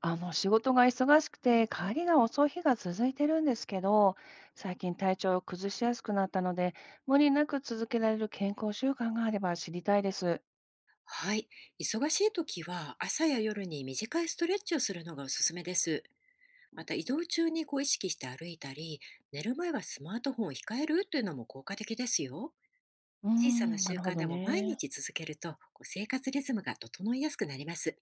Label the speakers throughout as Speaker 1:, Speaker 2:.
Speaker 1: 仕事が忙しくて帰りが遅い日が続いてるんですけど、最近体調を崩しやすくなったので、無理なく続けられる健康習慣があれば知りたいです。
Speaker 2: はい。忙しい時は朝や夜に短いストレッチをするのがおすすめです。また移動中に意識して歩いたり、寝る前はスマートフォンを控えるというのも効果的ですよ。
Speaker 1: うー
Speaker 2: 小さな
Speaker 1: ん、な
Speaker 2: 習
Speaker 1: るほ
Speaker 2: 慣
Speaker 1: ど
Speaker 2: でも毎
Speaker 1: ね。
Speaker 2: 日続けると生活リズムが整いやすくなります。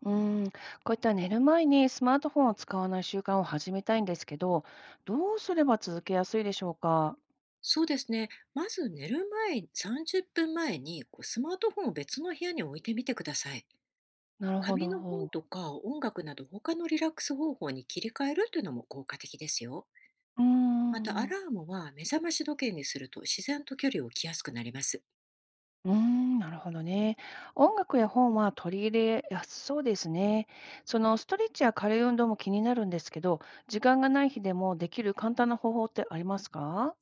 Speaker 1: うーん、こういった寝る前にスマートフォンを使わない習慣を始めたいんですけど、どうすれば続けやすいでしょうか。
Speaker 2: そうですね。まず寝る前、30分前にスマートフォンを別の部屋に置いてみてください。
Speaker 1: なるほ
Speaker 2: 紙の本
Speaker 1: ど。
Speaker 2: とか音楽など他のリラックス方法に切り替えるというのも効果的ですよ。
Speaker 1: うー
Speaker 2: また、ア
Speaker 1: ん。
Speaker 2: ラームは目覚まし時計にすると自然と距離を置きやすくなります。
Speaker 1: うーん、なるほどね。音楽や本は取り入れやすそうですね。そのストレッチや軽い運動も気になるんですけど、時間がない日でもできる簡単な方法ってありますか？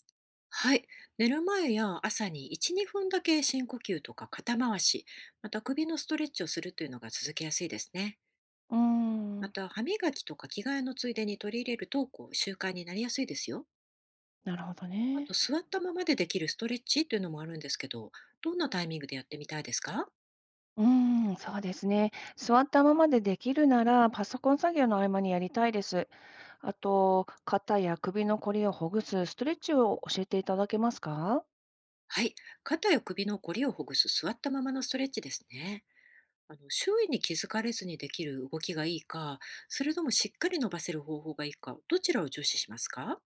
Speaker 2: はい。寝る前や朝に1、2分だけ深呼吸とか肩回し、また首のストレッチをするというのが続けやすいですね。
Speaker 1: うー
Speaker 2: ま
Speaker 1: ん、
Speaker 2: た、歯磨きとか着替えのついでに取り入れると、習慣になりやすいですよ。
Speaker 1: なるほど
Speaker 2: あ
Speaker 1: ね。
Speaker 2: と、座ったままでできるストレッチというのもあるんですけど、どんなタイミングでやってみたいですか？
Speaker 1: うーん、そうですね。座ったままでできるなら、パソコン作業の合間にやりたいです。あと、肩や首のこりをほぐすストレッチを教えていただけますか？
Speaker 2: はい。肩や首のこりをほぐす座ったままのストレッチですね。周囲に気づかれずにできる動きがいいか、それともしっかり伸ばせる方法がいいか、どちらを重視しますか？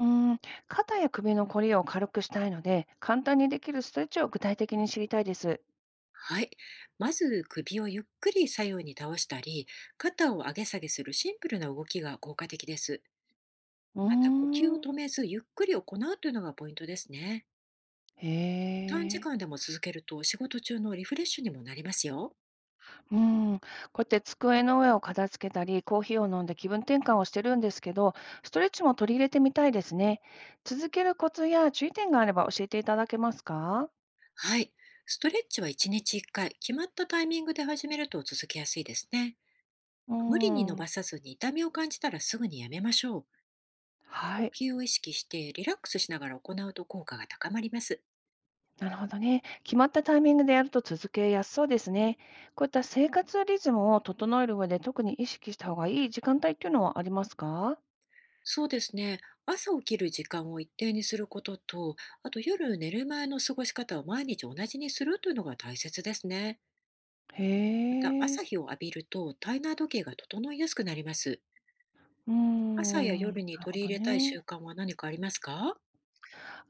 Speaker 1: うーん、肩や首のこりを軽くしたいので、簡単にできるストレッチを具体的に知りたいです。
Speaker 2: はい。まず、首をゆっくり左右に倒したり、肩を上げ下げするシンプルな動きが効果的です。
Speaker 1: うー
Speaker 2: また、呼吸を
Speaker 1: ん、
Speaker 2: 止めず、ゆっくり行うというのがポイントですね。短時
Speaker 1: へ
Speaker 2: 間
Speaker 1: え。
Speaker 2: でも続けると、仕事中のリフレッシュにもなりますよ。
Speaker 1: うん、こうやって机の上を片付けたり、コーヒーを飲んで気分転換をしてるんですけど、ストレッチも取り入れてみたいですね。続けるコツや注意点があれば教えていただけますか？
Speaker 2: はい。ストレッチは1日1回、決まったタイミングで始めると続けやすいですね。
Speaker 1: うー
Speaker 2: 無理に伸
Speaker 1: ん、
Speaker 2: ばさずに痛みを感じたらすぐにやめましょう。
Speaker 1: は
Speaker 2: 呼
Speaker 1: い、
Speaker 2: 吸を意識してリラックスしながら行うと効果が高まります。
Speaker 1: なるほどね。決まったタイミングでやると続けやすそうですね。こういった生活リズムを整える上で、特に意識した方がいい時間帯っていうのはありますか？
Speaker 2: そうですね。朝起きる時間を一定にすることと、あと夜寝る前の過ごし方を毎日同じにするというのが大切ですね。
Speaker 1: へ
Speaker 2: また朝
Speaker 1: え。
Speaker 2: 日を浴びると体内時計が整いやすくなります。
Speaker 1: うー
Speaker 2: 朝や
Speaker 1: ん、
Speaker 2: 夜
Speaker 1: なる
Speaker 2: に取
Speaker 1: ほ
Speaker 2: り
Speaker 1: ど
Speaker 2: 入れたい
Speaker 1: ね。
Speaker 2: 習慣は何かありますか？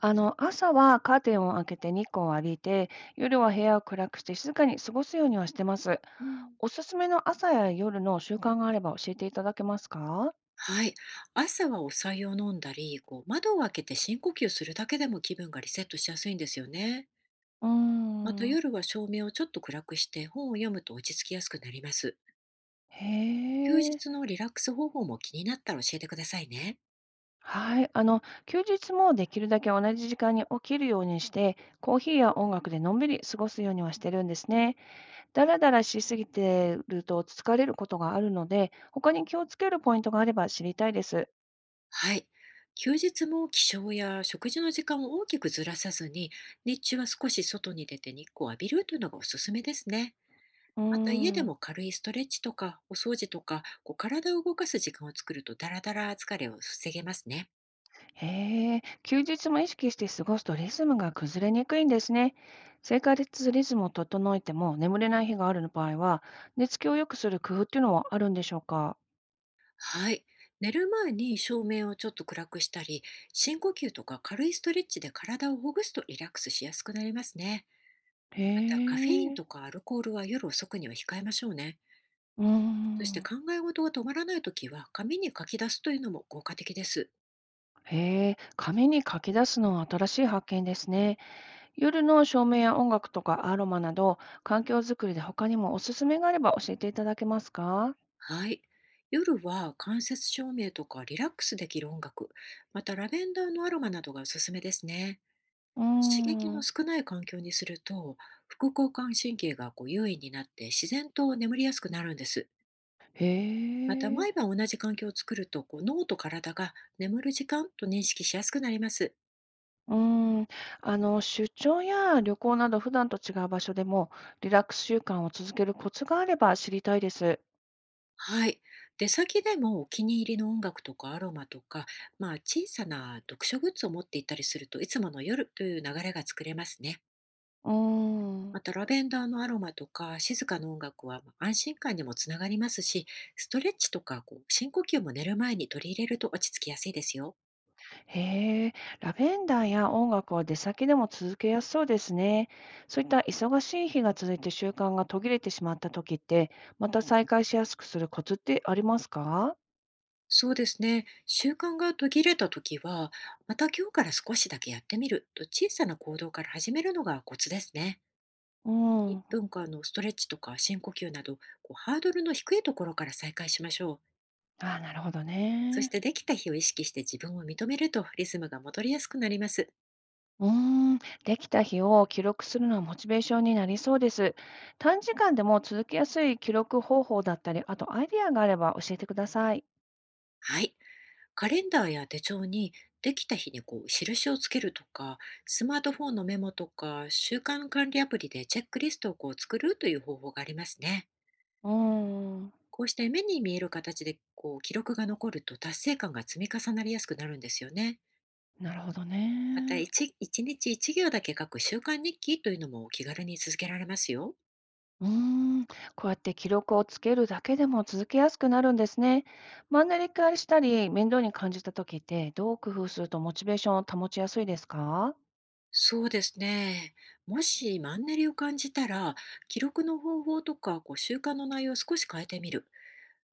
Speaker 1: 朝はカーテンを開けて日光を浴びて、夜は部屋を暗くして静かに過ごすようにはしてます。
Speaker 2: うん、
Speaker 1: おすすめの朝や夜の習慣があれば教えていただけますか？
Speaker 2: はい。朝はお茶を飲んだり、窓を開けて深呼吸するだけでも気分がリセットしやすいんですよね。
Speaker 1: うー
Speaker 2: また
Speaker 1: ん。
Speaker 2: 夜は照明をちょっと暗くして本を読むと落ち着きやすくなります。休
Speaker 1: へえ。
Speaker 2: 日のリラックス方法も気になったら教えてくださいね。
Speaker 1: はい。休日もできるだけ同じ時間に起きるようにして、コーヒーや音楽でのんびり過ごすようにはしてるんですね。だらだらしすぎてると疲れることがあるので、他に気をつけるポイントがあれば知りたいです。
Speaker 2: はい。休日も起床や食事の時間を大きくずらさずに、日中は少し外に出て日光を浴びるというのがおすすめですね。
Speaker 1: うー
Speaker 2: また家で
Speaker 1: ん。
Speaker 2: も軽いストレッチとかお掃除とか、体を動かす時間を作るとダラダラ疲れを防げますね。
Speaker 1: へえ、休日も意識して過ごすとリズムが崩れにくいんですね。生活リズムを整えても眠れない日があるの場合は、寝つきを良くする工夫っていうのはあるんでしょうか？
Speaker 2: はい。寝る前に照明をちょっと暗くしたり、深呼吸とか軽いストレッチで体をほぐすとリラックスしやすくなりますね。
Speaker 1: へ
Speaker 2: また、カフェイン
Speaker 1: え、
Speaker 2: とかアルコールは夜遅くには控えましょうね。
Speaker 1: うー
Speaker 2: そして
Speaker 1: ん。
Speaker 2: 考え事が止まらないときは、紙に書き出すというのも効果的です。
Speaker 1: へえ、紙に書き出すのは新しい発見ですね。夜の照明や音楽とかアロマなど、環境づくりで他にもおすすめがあれば教えていただけますか？
Speaker 2: はい。夜は間接照明とかリラックスできる音楽、またラベンダーのアロマなどがおすすめですね。
Speaker 1: うー
Speaker 2: 刺激の
Speaker 1: ん。
Speaker 2: 少ない環境にすると、副交感神経が優位になって自然と眠りやすくなるんです。また
Speaker 1: へ
Speaker 2: 毎
Speaker 1: え。
Speaker 2: 晩同じ環境を作ると脳と体が眠る時間と認識しやすくなります。
Speaker 1: うーん、出張や旅行など普段と違う場所でもリラックス習慣を続けるコツがあれば知りたいです。
Speaker 2: はい。出先でもお気に入りの音楽とかアロマとか、まあ、小さな読書グッズを持っていたりするといつもの夜という流れが作れますね。
Speaker 1: うーん、
Speaker 2: またラベンダーのアロマとか静かな音楽はまあ安心感にもつながりますし、ストレッチとか深呼吸も寝る前に取り入れると落ち着きやすいですよ。
Speaker 1: へえ、ラベンダーや音楽は出先でも続けやすそうですね。そういった忙しい日が続いて習慣が途切れてしまった時って、また再開しやすくするコツってありますか？
Speaker 2: そうですね。習慣が途切れたときは、また今日から少しだけやってみると小さな行動から始めるのがコツですね。
Speaker 1: う
Speaker 2: 1
Speaker 1: ん。あ
Speaker 2: 分間のストレッチとか深呼吸など、ハードルの低いところから再開しましょう。
Speaker 1: あ、なるほど
Speaker 2: そし
Speaker 1: ね。
Speaker 2: てできた日を意識して自分を認めるとリズムが戻りやすくなります。
Speaker 1: うーん、できた日を記録するのはモチベーションになりそうです。短時間でも続けやすい記録方法だったり、あとアイディアがあれば教えてください。
Speaker 2: はい。カレンダーや手帳にできた日に印をつけるとか、スマートフォンのメモとか、習慣管理アプリでチェックリストを作るという方法がありますね。
Speaker 1: うーん、
Speaker 2: こうして目に見える形で記録が残ると達成感が積み重なりやすくなるんですよね。
Speaker 1: なるほど
Speaker 2: また
Speaker 1: ね。
Speaker 2: 一日一行だけ書く習慣日記というのも気軽に続けられますよ。
Speaker 1: うーん、こうやって記録をつけるだけでも続けやすくなるんですね。マンネリ化したり、面倒に感じた時って、どう工夫するとモチベーションを保ちやすいですか？
Speaker 2: そうですね。もしマンネリを感じたら、記録の方法とか習慣の内容を少し変えてみる。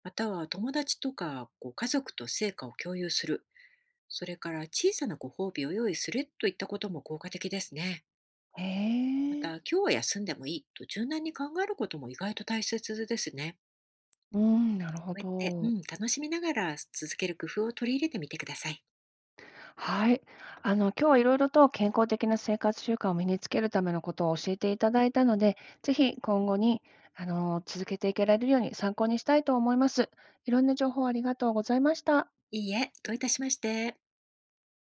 Speaker 2: または友達とか家族と成果を共有する。それから小さなご褒美を用意するといったことも効果的ですね。
Speaker 1: へ
Speaker 2: また、
Speaker 1: え、
Speaker 2: 今日は休んでもいいと柔軟に考えることも意外と大切ですね。
Speaker 1: うん、なるほ
Speaker 2: こうやって、う
Speaker 1: ど。
Speaker 2: ん、楽しみながら続ける工夫を取り入れてみてください。
Speaker 1: はい。今日はいろいろと健康的な生活習慣を身につけるためのことを教えていただいたので、ぜひ今後に、続けていけられるように参考にしたいと思います。いろんな情報ありがとうございました。
Speaker 2: いいえ、どういたしまして。